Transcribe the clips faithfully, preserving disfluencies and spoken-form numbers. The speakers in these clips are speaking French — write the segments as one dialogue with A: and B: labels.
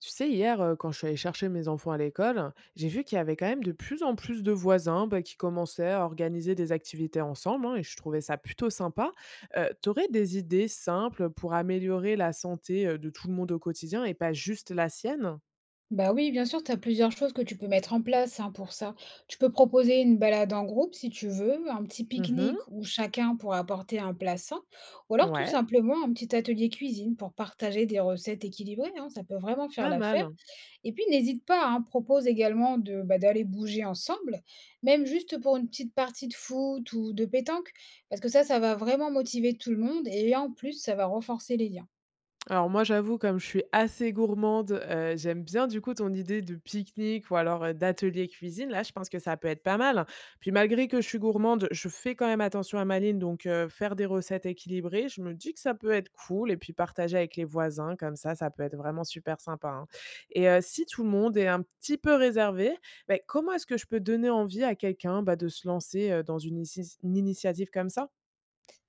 A: Tu sais, hier, euh, quand je suis allée chercher mes enfants à l'école, j'ai vu qu'il y avait quand même de plus en plus de voisins bah, qui commençaient à organiser des activités ensemble, hein, et je trouvais ça plutôt sympa. Euh, tu aurais des idées simples pour améliorer la santé euh, de tout le monde au quotidien et pas juste la sienne?
B: Bah oui, bien sûr, tu as plusieurs choses que tu peux mettre en place, hein, pour ça. Tu peux proposer une balade en groupe si tu veux, un petit
A: Mhm.
B: pique-nique où chacun pourra apporter un plat sain, ou alors tout
A: Ouais,
B: simplement un petit atelier cuisine pour partager des recettes équilibrées. Hein, ça peut vraiment faire
A: pas
B: l'affaire.
A: mal.
B: Et puis n'hésite pas, hein, propose également de, bah, d'aller bouger ensemble, même juste pour une petite partie de foot ou de pétanque, parce que ça, ça va vraiment motiver tout le monde et en plus, ça va renforcer les liens.
A: Alors moi, j'avoue, comme je suis assez gourmande, heu, j'aime bien du coup ton idée de pique-nique ou alors, heu, d'atelier cuisine. Là, je pense que ça peut être pas mal. Puis malgré que je suis gourmande, je fais quand même attention à ma ligne, donc heu, faire des recettes équilibrées, je me dis que ça peut être cool et puis partager avec les voisins comme ça, ça peut être vraiment super sympa, hein. Et heu, si tout le monde est un petit peu réservé, beh, comment est-ce que je peux donner envie à quelqu'un, bah, de se lancer, heu, dans une icis une initiative comme ça?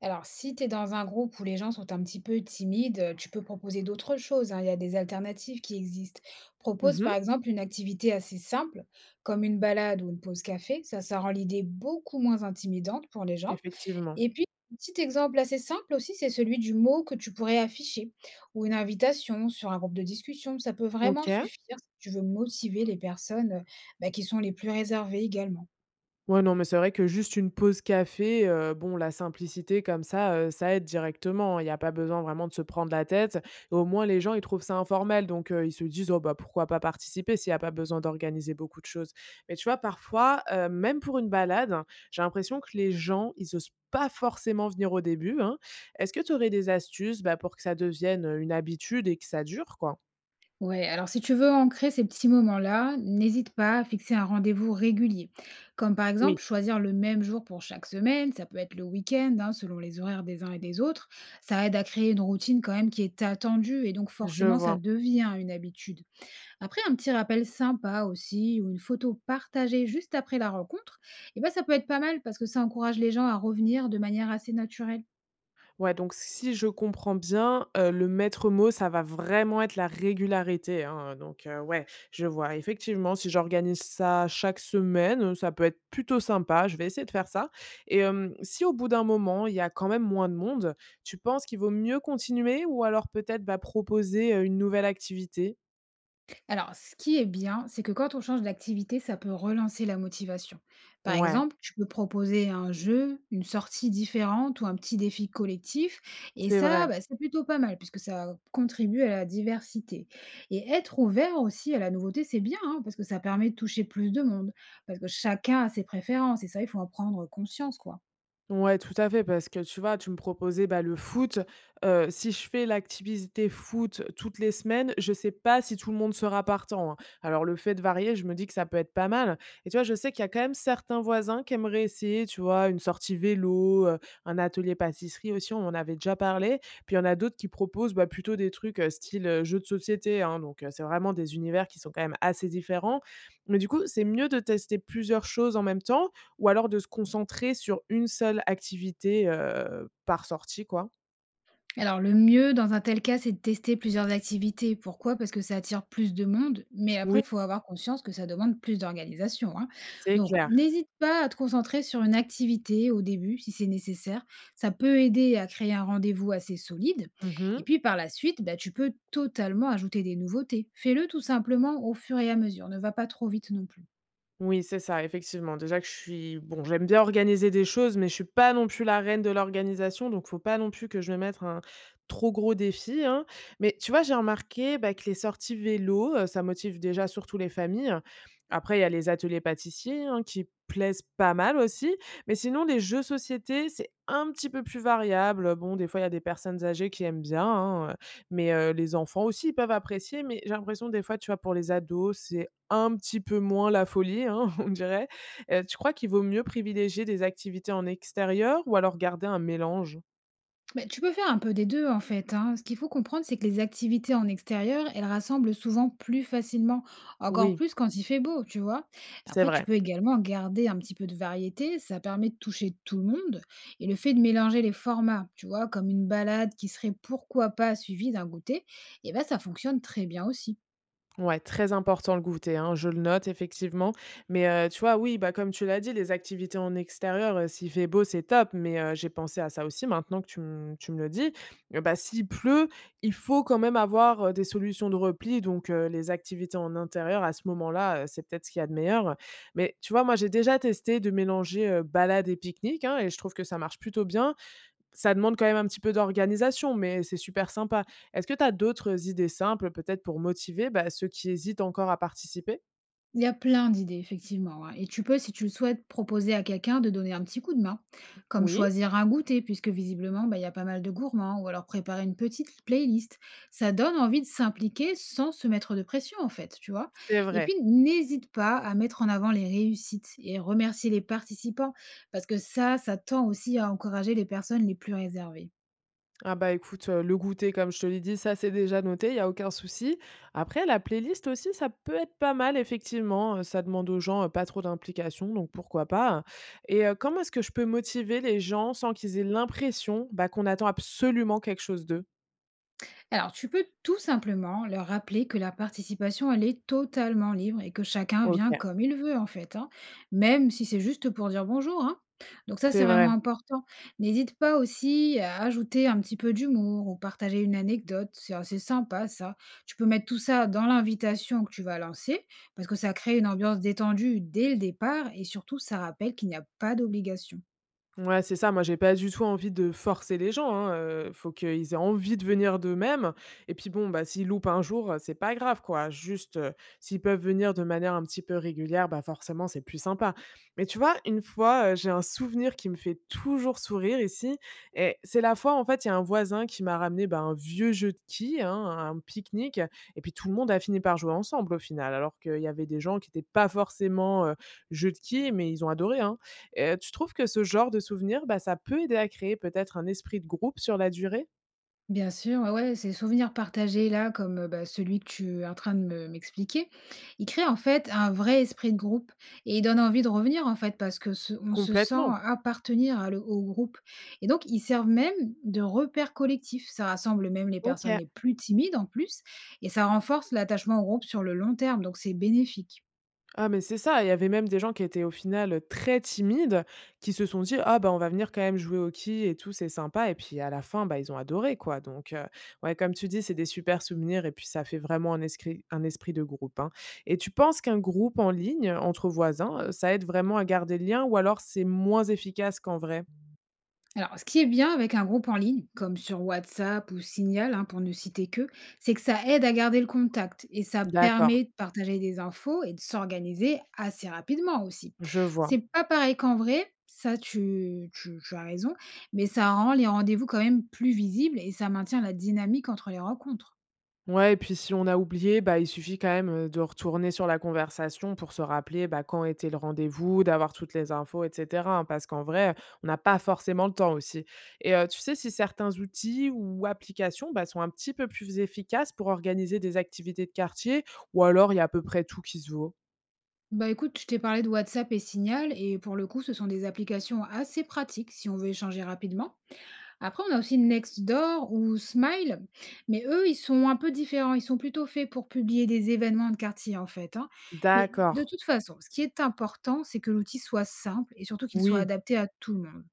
B: Alors, si tu es dans un groupe où les gens sont un petit peu timides, heu, tu peux proposer d'autres choses, hein. Il y a des alternatives qui existent. Propose,
A: Mmh.
B: par exemple, une activité assez simple, comme une balade ou une pause café. Ça, ça rend l'idée beaucoup moins intimidante pour les gens.
A: Effectivement.
B: Et puis, un petit exemple assez simple aussi, c'est celui du mot que tu pourrais afficher ou une invitation sur un groupe de discussion. Ça peut vraiment
A: OK.
B: suffire si tu veux motiver les personnes, heu, bah, qui sont les plus réservées également.
A: Ouais, non, mais c'est vrai que juste une pause café, heu, bon, la simplicité comme ça, heu, ça aide directement. Il n'y a pas besoin vraiment de se prendre la tête. Et au moins, les gens, ils trouvent ça informel, donc heu, ils se disent: «Oh bah, pourquoi pas participer s'il n'y a pas besoin d'organiser beaucoup de choses?» Mais tu vois, parfois, heu, même pour une balade, hein, j'ai l'impression que les gens, ils osent pas forcément venir au début, hein. Est-ce que tu aurais des astuces, bah, pour que ça devienne, une habitude et que ça dure, quoi?
B: Ouais, alors si tu veux ancrer ces petits moments-là, n'hésite pas à fixer un rendez-vous régulier. Comme par exemple
A: Oui,
B: choisir le même jour pour chaque semaine, ça peut être le week-end, hein, selon les horaires des uns et des autres. Ça aide à créer une routine quand même qui est attendue et donc
A: je
B: forcément ça
A: vois.
B: devient une habitude. Après, un petit rappel sympa aussi ou une photo partagée juste après la rencontre, et ben, ça peut être pas mal parce que ça encourage les gens à revenir de manière assez naturelle.
A: Ouais, donc si je comprends bien, heu, le maître mot, ça va vraiment être la régularité, hein, donc heu, ouais, je vois. Effectivement, si j'organise ça chaque semaine, heu, ça peut être plutôt sympa. Je vais essayer de faire ça, et hem, si au bout d'un moment, il y a quand même moins de monde, tu penses qu'il vaut mieux continuer ou alors peut-être, bah, proposer, heu, une nouvelle activité?
B: Alors, ce qui est bien, c'est que quand on change d'activité, ça peut relancer la motivation. Par
A: Ouais,
B: exemple, tu peux proposer un jeu, une sortie différente ou un petit défi collectif. Et
A: c'est
B: ça,
A: vrai.
B: bah, c'est plutôt pas mal puisque ça contribue à la diversité. Et être ouvert aussi à la nouveauté, c'est bien, hein, parce que ça permet de toucher plus de monde. Parce que chacun a ses préférences et ça, il faut en prendre conscience, quoi.
A: Ouais, tout à fait, parce que tu vois, tu me proposais bah, le foot. Euh, si je fais l'activité foot toutes les semaines, je sais pas si tout le monde sera partant, hein. Alors, le fait de varier, je me dis que ça peut être pas mal. Et tu vois, je sais qu'il y a quand même certains voisins qui aimeraient essayer, tu vois, une sortie vélo, euh, un atelier pâtisserie aussi, on en avait déjà parlé. Puis, il y en a d'autres qui proposent bah, plutôt des trucs euh, style euh, jeu de société, hein. donc, euh, c'est vraiment des univers qui sont quand même assez différents. Mais du coup, c'est mieux de tester plusieurs choses en même temps ou alors de se concentrer sur une seule activité, heu, par sortie, quoi.
B: Alors le mieux dans un tel cas, c'est de tester plusieurs activités. Pourquoi? Parce que ça attire plus de monde, mais après,
A: Oui,
B: il faut avoir conscience que ça demande plus d'organisation, hein.
A: c'est
B: Donc
A: clair.
B: n'hésite pas à te concentrer sur une activité au début, si c'est nécessaire. Ça peut aider à créer un rendez-vous assez solide. Et
A: Mmh.
B: puis par la suite, bah, tu peux totalement ajouter des nouveautés. Fais-le tout simplement au fur et à mesure. Ne va pas trop vite non plus.
A: Oui, c'est ça, effectivement. Déjà que je suis bon, j'aime bien organiser des choses, mais je suis pas non plus la reine de l'organisation, donc faut pas non plus que je me mette un trop gros défi, hein. Mais tu vois, j'ai remarqué, bah, que les sorties vélo, heu, ça motive déjà surtout les familles. Après, il y a les ateliers pâtissiers, hein, qui plaisent pas mal aussi. Mais sinon, les jeux société, c'est un petit peu plus variable. Bon, des fois, il y a des personnes âgées qui aiment bien, hein, heu, mais heu, les enfants aussi, ils peuvent apprécier. Mais j'ai l'impression des fois, tu vois, pour les ados, c'est un petit peu moins la folie, hein, on dirait. Heu, tu crois qu'il vaut mieux privilégier des activités en extérieur ou alors garder un mélange?
B: Beh, tu peux faire un peu des deux en fait, hein. Ce qu'il faut comprendre, c'est que les activités en extérieur, elles rassemblent souvent plus facilement, encore
A: Oui,
B: plus quand il fait beau, tu vois.
A: c'est
B: Après, tu
A: vrai.
B: peux également garder un petit peu de variété, ça permet de toucher tout le monde. Et le fait de mélanger les formats, tu vois, comme une balade qui serait pourquoi pas suivie d'un goûter, et ben, ça fonctionne très bien aussi.
A: Ouais, très important le goûter, hein, je le note effectivement. Mais heu, tu vois, oui, bah, comme tu l'as dit, les activités en extérieur, heu, s'il fait beau, c'est top, mais heu, j'ai pensé à ça aussi maintenant que tu me tu me le dis. Heu, bah, s'il pleut, il faut quand même avoir, heu, des solutions de repli, donc heu, les activités en intérieur à ce moment-là, heu, c'est peut-être ce qu'il y a de meilleur. Mais tu vois, moi, j'ai déjà testé de mélanger, heu, balade et pique-nique, hein, et je trouve que ça marche plutôt bien. Ça demande quand même un petit peu d'organisation, mais c'est super sympa. Est-ce que tu as d'autres idées simples, peut-être pour motiver, bah, ceux qui hésitent encore à participer?
B: Il y a plein d'idées, effectivement. Hein. Et tu peux, si tu le souhaites, proposer à quelqu'un de donner un petit coup de main, comme
A: Oui,
B: choisir un goûter, puisque visiblement, bah, il y a pas mal de gourmands, ou alors préparer une petite playlist. Ça donne envie de s'impliquer sans se mettre de pression, en fait, tu vois.
A: c'est
B: Et puis,
A: vrai.
B: n'hésite pas à mettre en avant les réussites et remercier les participants, parce que ça, ça tend aussi à encourager les personnes les plus réservées.
A: Ah bah, écoute, heu, le goûter, comme je te l'ai dit, ça, c'est déjà noté, il y a aucun souci. Après, la playlist aussi, ça peut être pas mal, effectivement, heu, ça demande aux gens, heu, pas trop d'implication, donc pourquoi pas, hein? Et heu, comment est-ce que je peux motiver les gens sans qu'ils aient l'impression, bah, qu'on attend absolument quelque chose d'eux?
B: Alors, tu peux tout simplement leur rappeler que la participation, elle est totalement libre et que chacun
A: OK,
B: vient comme il veut, en fait, hein, même si c'est juste pour dire bonjour. Hein. Donc ça, c'est
A: c'est vrai.
B: vraiment important. N'hésite pas aussi à ajouter un petit peu d'humour ou partager une anecdote. C'est assez sympa, ça. Tu peux mettre tout ça dans l'invitation que tu vas lancer parce que ça crée une ambiance détendue dès le départ et surtout, ça rappelle qu'il n'y a pas d'obligation.
A: Ouais, c'est ça. Moi, j'ai pas du tout envie de forcer les gens, hein, heu, faut qu'ils aient envie de venir d'eux-mêmes et puis bon, bah, s'ils loupent un jour, heu, c'est pas grave, quoi. Juste, heu, s'ils peuvent venir de manière un petit peu régulière, bah, forcément, c'est plus sympa. Mais tu vois, une fois, heu, j'ai un souvenir qui me fait toujours sourire ici, et c'est la fois, en fait, il y a un voisin qui m'a ramené, bah, un vieux jeu de quilles, hein, un pique-nique et puis tout le monde a fini par jouer ensemble, au final, alors qu'il y avait des gens qui étaient pas forcément, heu, jeu de quilles, mais ils ont adoré, hein. Heu, tu trouves que ce genre de souvenir, bah, ça peut aider à créer peut-être un esprit de groupe sur la durée?
B: Bien sûr, ouais, ouais, ces souvenirs partagés là, comme euh, bah, celui que tu es en train de me- m'expliquer, il crée en fait un vrai esprit de groupe et il donne envie de revenir en fait parce que se- on se sent
A: Complètement.
B: appartenir à le- au groupe. Et donc ils servent même de repère collectif. Ça rassemble même les personnes
A: OK.
B: les plus timides en plus et ça renforce l'attachement au groupe sur le long terme. Donc c'est bénéfique.
A: Ah, mais c'est ça, il y avait même des gens qui étaient au final, très timides, qui se sont dit: «Ah, bah, on va venir quand même jouer au quilles et tout, c'est sympa» et puis à la fin, bah, ils ont adoré quoi, donc heu, ouais, comme tu dis, c'est des super souvenirs et puis ça fait vraiment un esprit, un esprit de groupe, hein. Et tu penses qu'un groupe en ligne entre voisins, heu, ça aide vraiment à garder le lien ou alors c'est moins efficace qu'en vrai?
B: Alors, ce qui est bien avec un groupe en ligne, comme sur WhatsApp ou Signal, hein, pour ne citer que, c'est que ça aide à garder le contact et ça
A: D'accord.
B: permet de partager des infos et de s'organiser assez rapidement aussi.
A: Je
B: C'est
A: vois.
B: pas pareil qu'en vrai, ça tu, tu, tu as raison, mais ça rend les rendez-vous quand même plus visibles et ça maintient la dynamique entre les rencontres.
A: Ouais, et puis si on a oublié, bah, il suffit quand même, heu, de retourner sur la conversation pour se rappeler, bah, quand était le rendez-vous, d'avoir toutes les infos et cetera, hein, parce qu'en vrai, on n'a pas forcément le temps aussi. Et heu, tu sais si certains outils ou applications, bah, sont un petit peu plus efficaces pour organiser des activités de quartier ou alors il y a à peu près tout qui se vaut?
B: Bah écoute, je t'ai parlé de WhatsApp et Signal et pour le coup, ce sont des applications assez pratiques si on veut échanger rapidement. Après, on a aussi Nextdoor ou Smile, mais eux, ils sont un peu différents. Ils sont plutôt faits pour publier des événements de quartier, en fait, hein. Mais de
A: D'accord,
B: toute façon, ce qui est important, c'est que l'outil soit simple et surtout qu'il soit
A: oui.
B: adapté à tout le monde.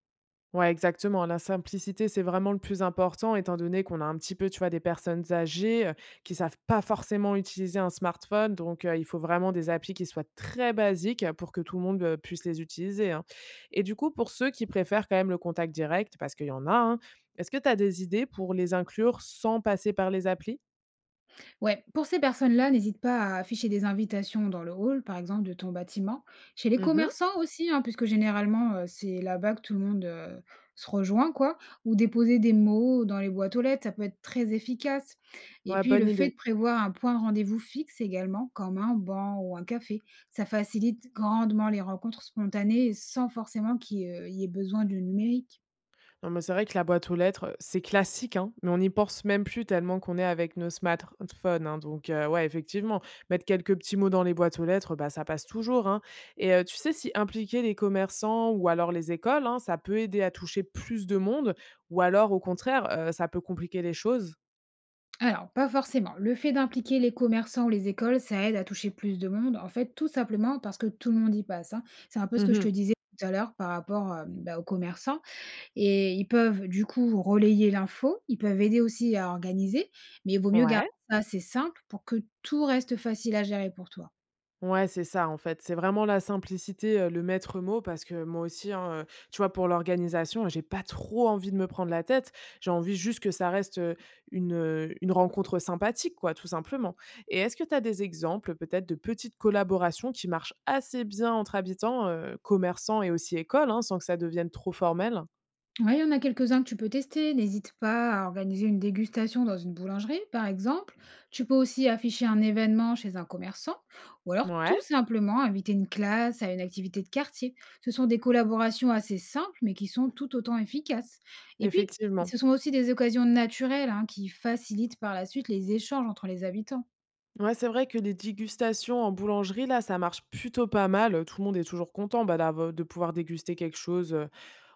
A: Ouais, exactement. La simplicité, c'est vraiment le plus important, étant donné qu'on a un petit peu, tu vois, des personnes âgées euh, qui savent pas forcément utiliser un smartphone. Donc, euh, il faut vraiment des applis qui soient très basiques euh, pour que tout le monde euh, puisse les utiliser, hein. Et du coup, pour ceux qui préfèrent quand même le contact direct, parce qu'il y en a, hein, est-ce que tu as des idées pour les inclure sans passer par les applis?
B: Ouais, pour ces personnes-là, n'hésite pas à afficher des invitations dans le hall, par exemple, de ton bâtiment. Chez les
A: Mhm.
B: commerçants aussi, hein, puisque généralement, euh, c'est là-bas que tout le monde euh, se rejoint, quoi. Ou déposer des mots dans les boîtes aux lettres, ça peut être très efficace. Et
A: Ouais,
B: puis,
A: bonne
B: le fait de
A: idée.
B: prévoir un point de rendez-vous fixe également, comme un banc ou un café, ça facilite grandement les rencontres spontanées sans forcément qu'il y ait euh, y ait besoin du numérique.
A: Non, mais c'est vrai que la boîte aux lettres, c'est classique, hein, mais on n'y pense même plus tellement qu'on est avec nos smartphones, hein, donc heu, ouais, effectivement, mettre quelques petits mots dans les boîtes aux lettres, bah, ça passe toujours, hein. Et heu, tu sais si impliquer les commerçants ou alors les écoles, hein, ça peut aider à toucher plus de monde ou alors au contraire, heu, ça peut compliquer les choses?
B: Alors, pas forcément. Le fait d'impliquer les commerçants ou les écoles, ça aide à toucher plus de monde. En fait, tout simplement parce que tout le monde y passe. Hein. C'est un peu ce que je
A: Mmh.
B: te disais tout à l'heure par rapport euh, bah, aux commerçants. Et ils peuvent, du coup, relayer l'info. Ils peuvent aider aussi à organiser. Mais il vaut mieux garder
A: Ouais.
B: ça assez simple pour que tout reste facile à gérer pour toi.
A: Ouais, c'est ça, en fait. C'est vraiment la simplicité, heu, le maître mot parce que moi aussi, hein, heu, tu vois, pour l'organisation, j'ai pas trop envie de me prendre la tête. J'ai envie juste que ça reste heu, une, heu, une rencontre sympathique, quoi, tout simplement. Et est-ce que tu as des exemples, peut-être, de petites collaborations qui marchent assez bien entre habitants, heu, commerçants et aussi écoles, hein, sans que ça devienne trop formel?
B: Ouais, il y en a quelques-uns que tu peux tester. N'hésite pas à organiser une dégustation dans une boulangerie, par exemple. Tu peux aussi afficher un événement chez un commerçant ou alors
A: Ouais,
B: tout simplement inviter une classe à une activité de quartier. Ce sont des collaborations assez simples, mais qui sont tout autant efficaces. Et puis,
A: effectivement.
B: ce sont aussi des occasions naturelles, hein, qui facilitent par la suite les échanges entre les habitants.
A: Ouais, c'est vrai que les dégustations en boulangerie, là, ça marche plutôt pas mal. Tout le monde est toujours content, bah, d'av de pouvoir déguster quelque chose, heu,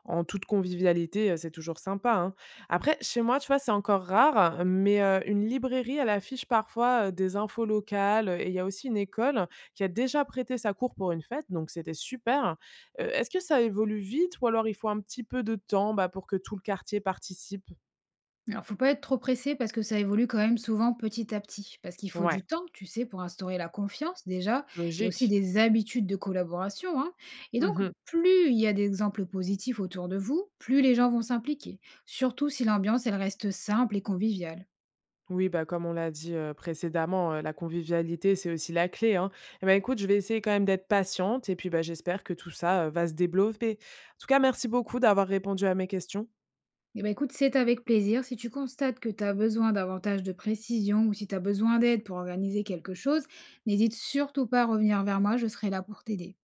A: en toute convivialité, heu, c'est toujours sympa, hein. Après, chez moi, tu vois, c'est encore rare, mais heu, une librairie, elle affiche parfois, heu, des infos locales, et il y a aussi une école qui a déjà prêté sa cour pour une fête, donc c'était super. Heu, est-ce que ça évolue vite ou alors il faut un petit peu de temps, bah, pour que tout le quartier participe?
B: Alors, faut pas être trop pressé parce que ça évolue quand même souvent petit à petit. Parce qu'il faut
A: Ouais,
B: du temps, tu sais, pour instaurer la confiance déjà. Il y a aussi
A: logique.
B: des habitudes de collaboration. Hein. Et donc,
A: Mmh.
B: plus il y a d'exemples positifs autour de vous, plus les gens vont s'impliquer. Surtout si l'ambiance, elle reste simple et conviviale.
A: Oui, bah, comme on l'a dit, heu, précédemment, heu, la convivialité, c'est aussi la clé, hein. Et ben écoute, je vais essayer quand même d'être patiente et puis, bah, j'espère que tout ça, heu, va se développer. En tout cas, merci beaucoup d'avoir répondu à mes questions.
B: Eh ben écoute, c'est avec plaisir. Si tu constates que tu as besoin davantage de précision ou si tu as besoin d'aide pour organiser quelque chose, n'hésite surtout pas à revenir vers moi, je serai là pour t'aider.